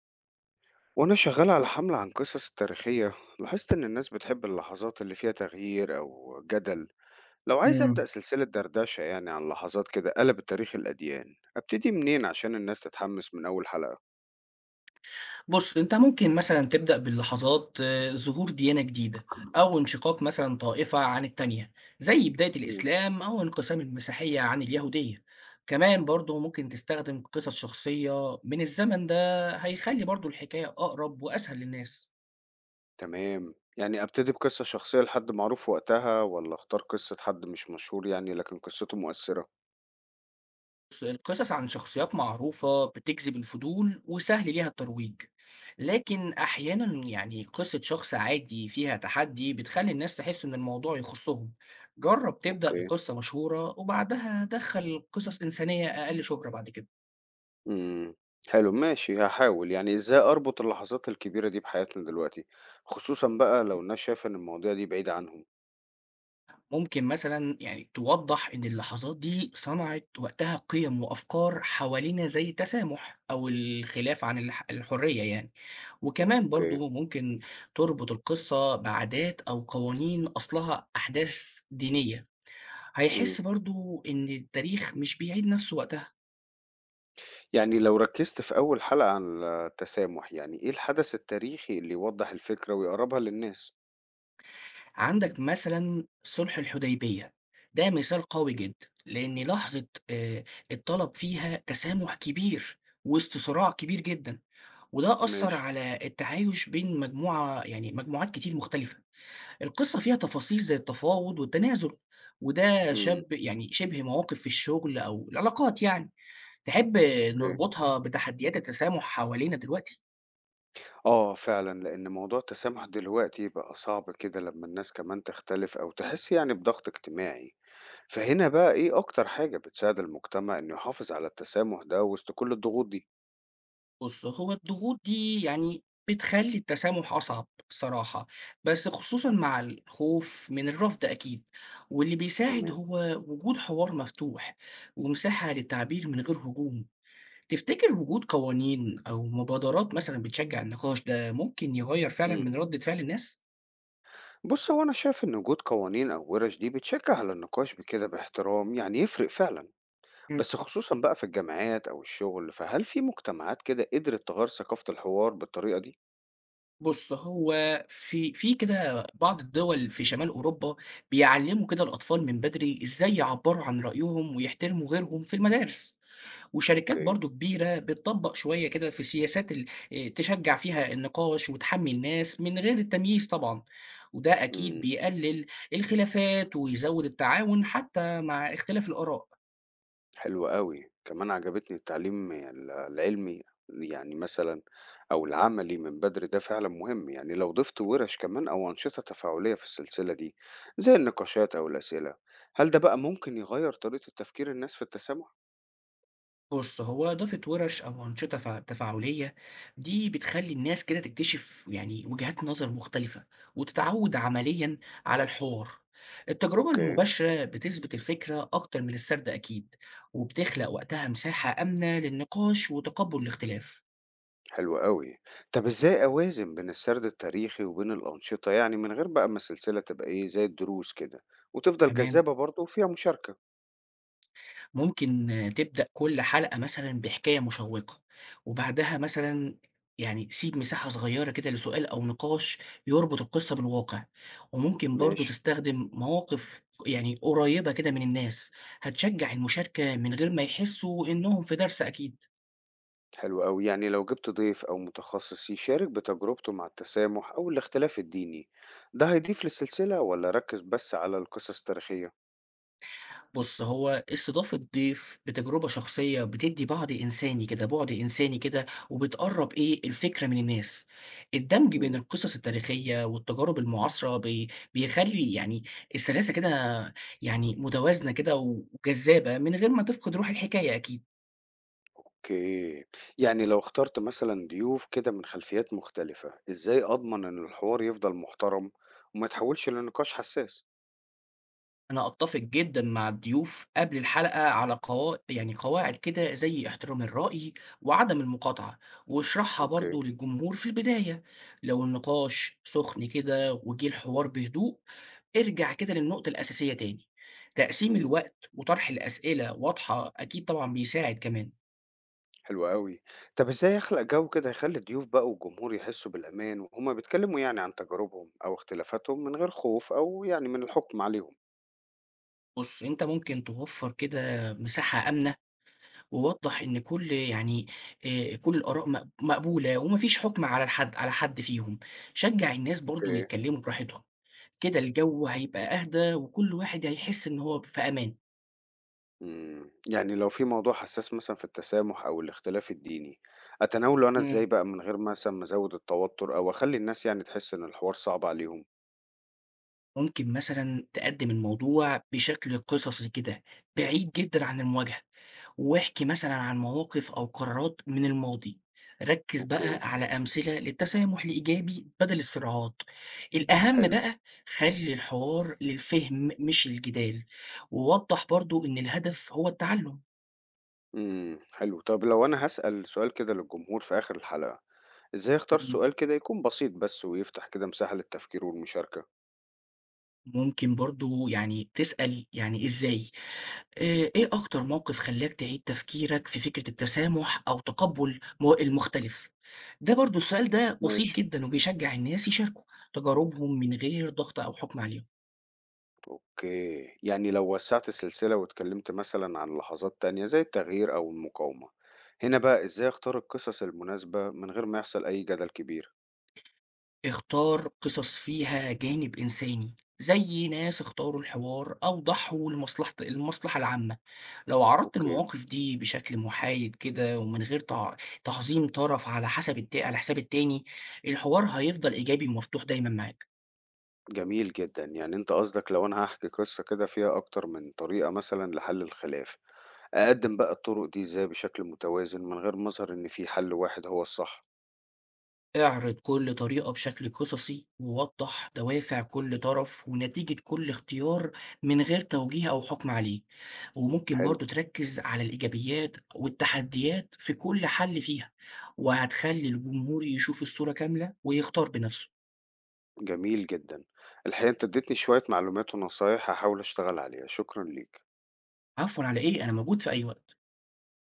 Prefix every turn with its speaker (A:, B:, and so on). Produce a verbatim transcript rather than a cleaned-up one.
A: وأنا شغال على حملة عن قصص تاريخية. لاحظت إن الناس بتحب اللحظات اللي فيها تغيير أو جدل. لو عايز أبدأ
B: إمم.
A: سلسلة دردشة يعني عن لحظات كده قلبت تاريخ الأديان، أبتدي منين عشان الناس تتحمس من أول حلقة؟
B: بُص، أنت ممكن مثلًا تبدأ باللحظات آه، ظهور ديانة جديدة أو انشقاق مثلًا طائفة عن التانية، زي بداية
A: مم.
B: الإسلام أو انقسام المسيحية عن اليهودية. كمان برضه ممكن تستخدم قصص شخصية من الزمن ده، هيخلّي برضه الحكاية أقرب وأسهل للناس.
A: تمام، يعني أبتدي بقصة شخصية لحد معروف وقتها ولا أختار قصة حد مش مشهور يعني لكن قصته مؤثرة؟
B: بص، القصص عن شخصيات معروفة بتجذب الفضول وسهل ليها الترويج، لكن أحيانا يعني قصة شخص عادي فيها تحدي بتخلي الناس تحس إن الموضوع يخصهم. جرب تبدأ
A: أوكي.
B: بقصة مشهورة وبعدها دخل قصص إنسانية أقل شهرة بعد كده.
A: مم. حلو، ماشي. هحاول يعني إزاي أربط اللحظات الكبيرة دي بحياتنا دلوقتي، خصوصا بقى لو الناس شايفة إن المواضيع دي بعيدة عنهم.
B: ممكن مثلًا يعني توضّح إن اللحظات دي صنعت وقتها قِيَم وأفكار حوالينا زي التسامح أو الخلاف عن الح الحرية يعني، وكمان
A: أوكي.
B: برضه ممكن تربط القصة بعادات أو قوانين أصلها أحداث دينية،
A: إمم.
B: هيحس برضه إن التاريخ مش بيعيد نفسه وقتها.
A: يعني لو ركّزت في أول حلقة عن التسامح، يعني إيه الحدث التاريخي اللي يوضّح الفكرة ويقرّبها للناس؟
B: عندك مثلًا صلح الحديبية، ده مثال قوي جدًا، لإن لحظة آآ، اتطلب فيها تسامح كبير وسط صراع كبير جدًا. وده أثّر
A: ماشي.
B: على التعايش بين مجموعة يعني مجموعات كتير مختلفة. القصة فيها تفاصيل زي التفاوض والتنازل، وده
A: إمم،
B: شَب يعني شِبه مواقف في الشغل أو العلاقات يعني. تحب
A: أوكي.
B: نربطها بتحديات التسامح حوالينا دلوقتي؟
A: آه فعلًا، لإن موضوع التسامح دلوقتي بقى صعب كده لمّا الناس كمان تختلف أو تحس يعني بضغط اجتماعي. فهنا بقى إيه أكتر حاجة بتساعد المجتمع إنه يحافظ على التسامح ده وسط كل الضغوط دي؟
B: بُص، هو الضغوط دي يعني بتخلّي التسامح أصعب الصراحة، بس خصوصًا مع الخوف من الرفض أكيد، واللي بيساعد
A: تمام.
B: هو وجود حوار مفتوح ومساحة للتعبير من غير هجوم. تفتكر وجود قوانين أو مبادرات مثلًا بتشجّع النقاش ده ممكن يغيّر فعلًا
A: إمم.
B: من ردّة فعل الناس؟
A: بُص، هو أنا شايف إن وجود قوانين أو وِرَش دي بتشجّع على النقاش بكده باحترام، يعني يفرق فعلًا.
B: إمم.
A: بس خصوصًا بقى في الجامعات أو الشغل، فهل في مجتمعات كده قدرت تغيّر ثقافة الحوار بالطريقة دي؟
B: بُص، هو في في كده بعض الدول في شمال أوروبا بيعلّموا كده الأطفال من بدري إزاي يعبّروا عن رأيهم ويحترموا غيرهم في المدارس، وشركات
A: أوكي،
B: برضه كبيرة بتطبّق شوية كده في سياسات ال آآ تشجّع فيها النقاش وتحمّي الناس من غير التمييز طبعًا، وده أكيد
A: إمم،
B: بيقلل الخلافات ويزوّد التعاون حتى مع اختلاف الآراء.
A: حلو أوي، كمان عجبتني التعليم ال العلمي يعني مثلًا، أو العملي من بدري ده فعلًا مهم، يعني لو ضفت وِرَش كمان أو أنشطة تفاعلية في السلسلة دي، زي النقاشات أو الأسئلة، هل ده بقى ممكن يغيّر طريقة التفكير الناس في التسامح؟
B: بُص، هو إضافة وِرَش أو أنشطة ف تفاعلية دي بتخلّي الناس كده تكتشف يعني وجهات نظر مختلفة، وتتعوّد عمليًا على الحوار. التجربة
A: أوكي.
B: المباشرة بتثبت الفكرة أكتر من السرد أكيد، وبتخلق وقتها مساحة آمنة للنقاش وتقبُّل الاختلاف.
A: حلو أوي. طب إزاي أوازن بين السرد التاريخي وبين الأنشطة يعني من غير بقى ما السلسلة تبقى إيه زي الدروس كده، وتفضل
B: تمام؟
A: جذابة برضه وفيها مشاركة؟
B: ممكن آه، تبدأ كل حلقة مثلًا بحكاية مشوّقة، وبعدها مثلًا يعني سيب مساحة صغيّرة كده لسؤال أو نقاش يربط القصة بالواقع، وممكن برضه
A: ماشي.
B: تستخدم مواقف يعني قريّبة كده من الناس، هتشجّع المشاركة من غير ما يحسّوا إنهم في درس أكيد.
A: حلو أوي، يعني لو جبت ضيف أو متخصص يشارك بتجربته مع التسامح أو الاختلاف الديني، ده هيضيف للسلسلة ولا ركز بس على القصص التاريخية؟
B: بُص، هو استضافة ضيف بتجربة شخصية بتدّي بعد إنساني كده، بُعد إنساني كده، وبتقرّب إيه، الفكرة من الناس. الدمج بين
A: مم.
B: القصص التاريخية والتجارب المعاصرة بي بيخلّي يعني السلاسة كده يعني متوازنة كده وجذابة من غير ما تفقد روح الحكاية أكيد.
A: أوكي. يعني لو اخترت مثلا ضيوف كده من خلفيات مختلفة، إزاي أضمن إن الحوار يفضل محترم وما يتحولش لنقاش حساس؟
B: أنا أتّفق جدًا مع الضيوف قبل الحلقة على قوا يعني قواعد كده زي احترام الرأي وعدم المقاطعة، واشرحها
A: أوكي.
B: برضه للجمهور في البداية، لو النقاش سُخن كده وجِه الحوار بهدوء، ارجع كده للنقطة الأساسية تاني، تقسيم
A: مم.
B: الوقت وطرح الأسئلة واضحة أكيد طبعًا بيساعد كمان.
A: حلو أوي. طب إزاي أخلق جو كده يخلّي الضيوف بقى والجمهور يحسّوا بالأمان وهُم بيتكلّموا يعني عن تجاربهم أو اختلافاتهم من غير خوف أو يعني من الحُكم عليهم؟
B: بُص، أنت ممكن توفّر كده مساحة آمنة ووضّح إن كل يعني آآ كل الآراء مق مقبولة وما فيش حُكم على الحد على حد فيهم، شجّع الناس برضه
A: أوكي.
B: يتكلّموا براحتهم، كده الجو هيبقى أهدى وكل واحد هيحس إن هو في أمان.
A: إمم. يعني لو في موضوع حسّاس مثلًا في التسامح أو الاختلاف الديني، أتناوله أنا إزاي
B: إمم.
A: بقى من غير مثلًا ما أزوّد التوتُّر أو أخلّي الناس يعني تحس إن الحوار صعب عليهم؟
B: ممكن مثلًا تقدّم الموضوع بشكل قصصي كده، بعيد جدًا عن المواجهة. واحكِ مثلًا عن مواقف أو قرارات من الماضي، ركّز بقى
A: أوكي،
B: على أمثلة للتسامح الإيجابي بدل الصراعات، الأهم
A: حلو.
B: بقى خلّي الحوار للفهم مش الجدال، ووضّح برضه إن الهدف هو التعلم.
A: إمم، حلو. طب لو أنا هاسأل سؤال كده للجمهور في آخِر الحلقة، إزاي أختار
B: إمم.
A: سؤال كده يكون بسيط بس ويفتح كده مساحة للتفكير والمشاركة؟
B: ممكن برضه يعني تسأل يعني إزاي، آآ إيه أكتر موقف خلّاك تعيد تفكيرك في فكرة التسامح أو تقبُّل م المختلف؟ ده برضه السؤال ده بسيط
A: ماشي.
B: جدًا وبيشجّع الناس يشاركوا تجاربهم من غير ضغط أو حُكم عليهم.
A: أوكي، يعني لو وسّعت السلسلة واتكلمت مثلًا عن لحظات تانية زي التغيير أو المقاومة، هنا بقى إزاي أختار القصص المناسبة من غير ما يحصل أي جدل كبير؟
B: اختار قصص فيها جانب إنساني، زي ناس اختاروا الحوار أو ضحوا لمصلحة المصلحة العامة، لو عرضت
A: أوكي،
B: المواقف دي بشكل محايد كده ومن غير تع- تعظيم طرف على حسب الت... على حساب التاني، الحوار هيفضل إيجابي ومفتوح دايما معاك.
A: جميل جدًا، يعني أنت قصدك لو أنا هاحكي قصة كده فيها أكتر من طريقة مثلًا لحل الخلاف، أقدم بقى الطرق دي إزاي بشكل متوازن من غير ما أظهر إن في حل واحد هو الصح؟
B: اعرض كل طريقة بشكل قصصي ووضح دوافع كل طرف ونتيجة كل اختيار من غير توجيه أو حكم عليه، وممكن
A: حلو،
B: برضو تركز على الإيجابيات والتحديات في كل حل فيها، وهتخلي الجمهور يشوف الصورة كاملة ويختار بنفسه.
A: جميل جدًا، الحقيقة أنت اديتني شوية معلومات ونصايح هاحاول أشتغل عليها، شكرًا ليك.
B: عفوا، على إيه، أنا موجود في أي وقت.